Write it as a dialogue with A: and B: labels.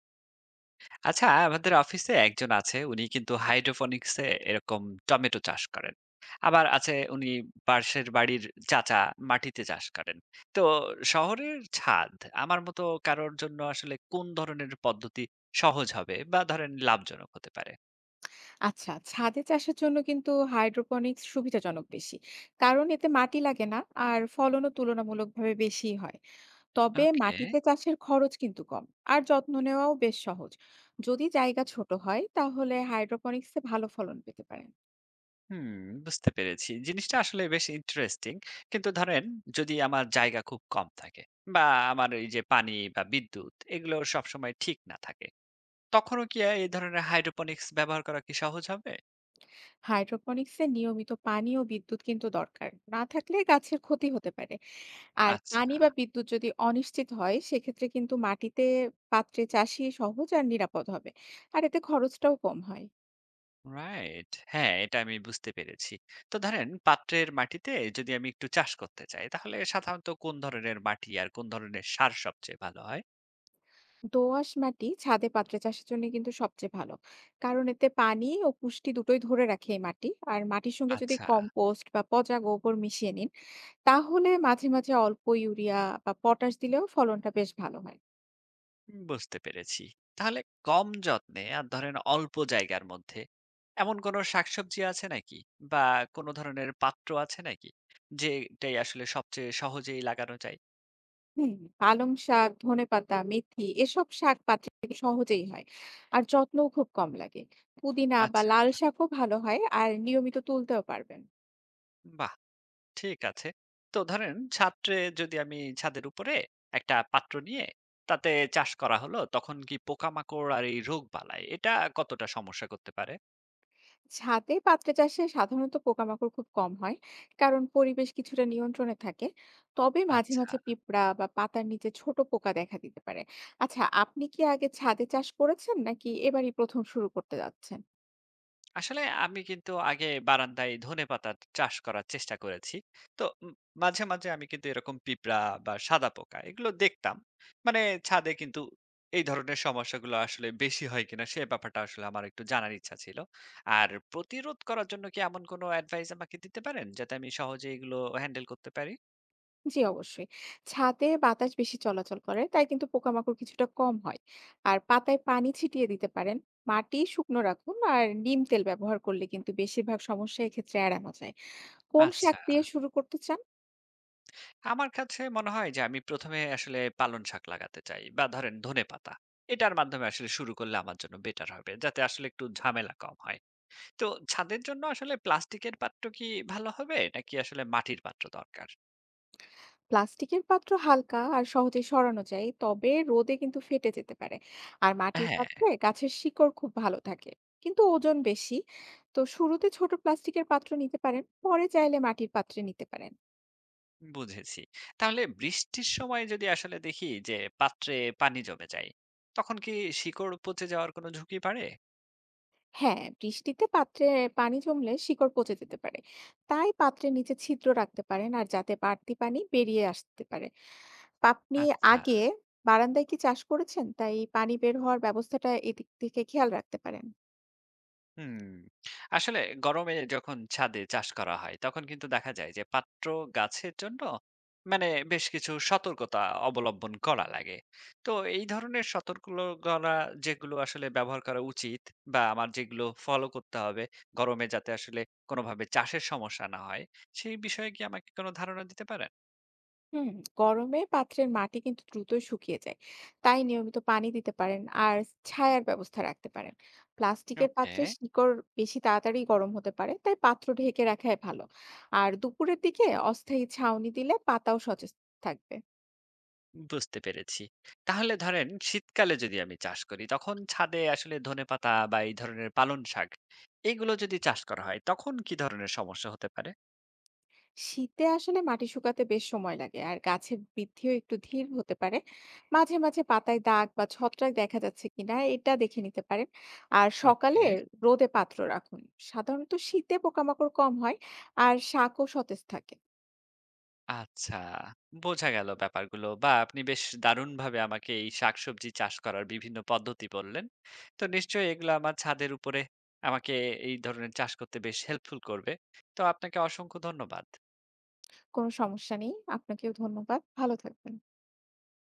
A: আচ্ছা, আমাদের অফিসে একজন আছে, উনি কিন্তু হাইড্রোপনিক্সে এরকম টমেটো চাষ করেন। আবার আছে উনি পাশের বাড়ির চাচা, মাটিতে চাষ করেন। তো শহরের ছাদ আমার মতো কারোর জন্য আসলে কোন ধরনের পদ্ধতি সহজ হবে বা ধরেন লাভজনক হতে পারে?
B: আচ্ছা, ছাদে চাষের জন্য কিন্তু হাইড্রোপনিক্স সুবিধাজনক বেশি। কারণ এতে মাটি লাগে না আর ফলনও তুলনামূলকভাবে বেশিই হয়। তবে
A: ওকে।
B: মাটিতে চাষের খরচ কিন্তু কম আর যত্ন নেওয়াও বেশ সহজ। যদি জায়গা ছোট হয় তাহলে হাইড্রোপনিক্সে ভালো ফলন পেতে পারেন।
A: হুম, বুঝতে পেরেছি, জিনিসটা আসলে বেশ ইন্টারেস্টিং। কিন্তু ধরেন যদি আমার জায়গা খুব কম থাকে বা আমার এই যে পানি বা বিদ্যুৎ এগুলো সবসময় ঠিক না থাকে, তখনও কি এই ধরনের হাইড্রোপনিক্স ব্যবহার করা কি সহজ হবে?
B: হাইড্রোপনিক্সে নিয়মিত পানি ও বিদ্যুৎ কিন্তু দরকার। না থাকলে গাছের ক্ষতি হতে পারে। আর
A: আচ্ছা,
B: পানি বা বিদ্যুৎ যদি অনিশ্চিত হয় সেক্ষেত্রে কিন্তু মাটিতে পাত্রে চাষই সহজ আর নিরাপদ হবে। আর এতে খরচটাও কম হয়।
A: রাইট। হ্যাঁ, এটা আমি বুঝতে পেরেছি। তো ধরেন পাত্রের মাটিতে যদি আমি একটু চাষ করতে চাই, তাহলে সাধারণত কোন ধরনের মাটি আর কোন ধরনের সার সবচেয়ে ভালো হয়?
B: দোআঁশ মাটি ছাদে পাত্রে চাষের জন্য কিন্তু সবচেয়ে ভালো, কারণ এতে পানি ও পুষ্টি দুটোই ধরে রাখে এই মাটি। আর মাটির সঙ্গে যদি
A: আচ্ছা,
B: কম্পোস্ট বা পচা গোবর মিশিয়ে নিন, তাহলে মাঝে মাঝে অল্প ইউরিয়া বা পটাশ দিলেও ফলনটা বেশ ভালো হয়।
A: বুঝতে পেরেছি। তাহলে কম যত্নে আর ধরেন অল্প জায়গার মধ্যে এমন কোন শাকসবজি আছে নাকি? বা কোন ধরনের পাত্র আছে নাকি? যেটাই আসলে সবচেয়ে সহজেই লাগানো যায়?
B: হুম পালং শাক, ধনেপাতা, মেথি এসব শাক পাত্রে কিন্তু সহজেই হয় আর যত্নও খুব কম লাগে। পুদিনা বা
A: আচ্ছা,
B: লাল শাকও ভালো হয় আর নিয়মিত তুলতেও পারবেন।
A: বাহ! ঠিক আছে। তো ধরেন ছাত্রে যদি আমি ছাদের উপরে একটা পাত্র নিয়ে তাতে চাষ করা হলো, তখন কি পোকামাকড় আর এই রোগবালাই এটা কতটা সমস্যা করতে পারে?
B: ছাদে পাত্রে চাষে সাধারণত পোকামাকড় খুব কম হয়, কারণ পরিবেশ কিছুটা নিয়ন্ত্রণে থাকে। তবে মাঝে
A: আচ্ছা।
B: মাঝে পিঁপড়া বা পাতার নিচে ছোট পোকা দেখা দিতে পারে। আচ্ছা, আপনি কি আগে ছাদে চাষ করেছেন নাকি এবারই প্রথম শুরু করতে যাচ্ছেন?
A: আসলে আমি কিন্তু আগে বারান্দায় ধনেপাতা চাষ করার চেষ্টা করেছি। তো মাঝে, মাঝে আমি কিন্তু এরকম পিঁপড়া বা সাদা পোকা এগুলো দেখতাম। মানে ছাদে কিন্তু এই ধরনের সমস্যাগুলো আসলে বেশি হয় কিনা সে ব্যাপারটা আসলে আমার একটু জানার ইচ্ছা ছিল। আর প্রতিরোধ করার জন্য কি এমন কোনো অ্যাডভাইস আমাকে দিতে পারেন? যাতে আমি সহজে এগুলো হ্যান্ডেল করতে পারি?
B: জি অবশ্যই। ছাদে বাতাস বেশি চলাচল করে তাই কিন্তু পোকামাকড় কিছুটা কম হয়। আর পাতায় পানি ছিটিয়ে দিতে পারেন। মাটি শুকনো রাখুন আর নিম তেল ব্যবহার করলে কিন্তু বেশিরভাগ সমস্যা এক্ষেত্রে এড়ানো যায়। কোন শাক
A: আচ্ছা।
B: দিয়ে শুরু করতে চান?
A: আমার কাছে মনে হয় যে আমি ১ম এ আসলে পালং শাক লাগাতে চাই বা ধরেন ধনেপাতা। এটার মাধ্যমে আসলে শুরু করলে আমার জন্য বেটার হবে। যাতে আসলে একটু ঝামেলা কম হয়। তো ছাদের জন্য আসলে প্লাস্টিকের পাত্র কি ভালো হবে? নাকি আসলে মাটির পাত্র দরকার?
B: প্লাস্টিকের পাত্র হালকা আর সহজে সরানো যায়, তবে রোদে কিন্তু ফেটে যেতে পারে। আর মাটির
A: হ্যাঁ,
B: পাত্রে গাছের শিকড় খুব ভালো থাকে, কিন্তু ওজন বেশি। তো শুরুতে ছোট প্লাস্টিকের পাত্র নিতে পারেন, পরে চাইলে মাটির পাত্রে নিতে পারেন।
A: বুঝেছি। তাহলে বৃষ্টির সময় যদি আসলে দেখি যে পাত্রে পানি জমে যায়, তখন কি শিকড় পচে যাওয়ার কোনো ঝুঁকি বাড়ে?
B: হ্যাঁ, বৃষ্টিতে পাত্রে পানি জমলে শিকড় পচে যেতে পারে। তাই পাত্রের নিচে ছিদ্র রাখতে পারেন, আর যাতে বাড়তি পানি বেরিয়ে আসতে পারে। আপনি
A: আচ্ছা।
B: আগে বারান্দায় কি চাষ করেছেন, তাই পানি বের হওয়ার ব্যবস্থাটা এদিক থেকে খেয়াল রাখতে পারেন।
A: হুম, আসলে গরমে যখন ছাদে চাষ করা হয় তখন কিন্তু দেখা যায় যে পাত্র গাছের জন্য মানে বেশ কিছু সতর্কতা অবলম্বন করা লাগে। তো এই ধরনের সতর্কতা যেগুলো আসলে ব্যবহার করা উচিত বা আমার যেগুলো ফলো করতে হবে গরমে, যাতে আসলে কোনোভাবে চাষের সমস্যা না হয়, সেই বিষয়ে কি আমাকে কোনো ধারণা দিতে পারেন?
B: হুম, গরমে পাত্রের মাটি কিন্তু দ্রুত শুকিয়ে যায়। তাই নিয়মিত পানি দিতে পারেন আর ছায়ার ব্যবস্থা রাখতে পারেন। প্লাস্টিকের
A: ওকে।
B: পাত্রে শিকড় বেশি তাড়াতাড়ি গরম হতে পারে, তাই পাত্র ঢেকে রাখাই ভালো। আর দুপুরের দিকে অস্থায়ী ছাউনি দিলে পাতাও সতেজ থাকবে।
A: বুঝতে পেরেছি। তাহলে ধরেন শীতকালে যদি আমি চাষ করি তখন ছাদে আসলে ধনেপাতা বা এই ধরনের পালং শাক এগুলো যদি চাষ করা হয় তখন কি ধরনের সমস্যা হতে পারে?
B: শীতে আসলে মাটি শুকাতে বেশ সময় লাগে আর গাছের বৃদ্ধিও একটু ধীর হতে পারে। মাঝে মাঝে পাতায় দাগ বা ছত্রাক দেখা যাচ্ছে কিনা এটা দেখে নিতে পারেন। আর সকালে
A: ওকে,
B: রোদে পাত্র রাখুন। সাধারণত শীতে পোকামাকড় কম হয় আর শাকও সতেজ থাকে।
A: আচ্ছা। বোঝা গেল ব্যাপারগুলো, বা আপনি বেশ দারুণভাবে আমাকে এই শাকসবজি চাষ করার বিভিন্ন পদ্ধতি বললেন। তো নিশ্চয়ই এগুলো আমার ছাদের উপরে আমাকে এই ধরনের চাষ করতে বেশ হেল্পফুল করবে। তো আপনাকে অসংখ্য ধন্যবাদ।
B: কোনো সমস্যা নেই, আপনাকেও ধন্যবাদ, ভালো থাকবেন।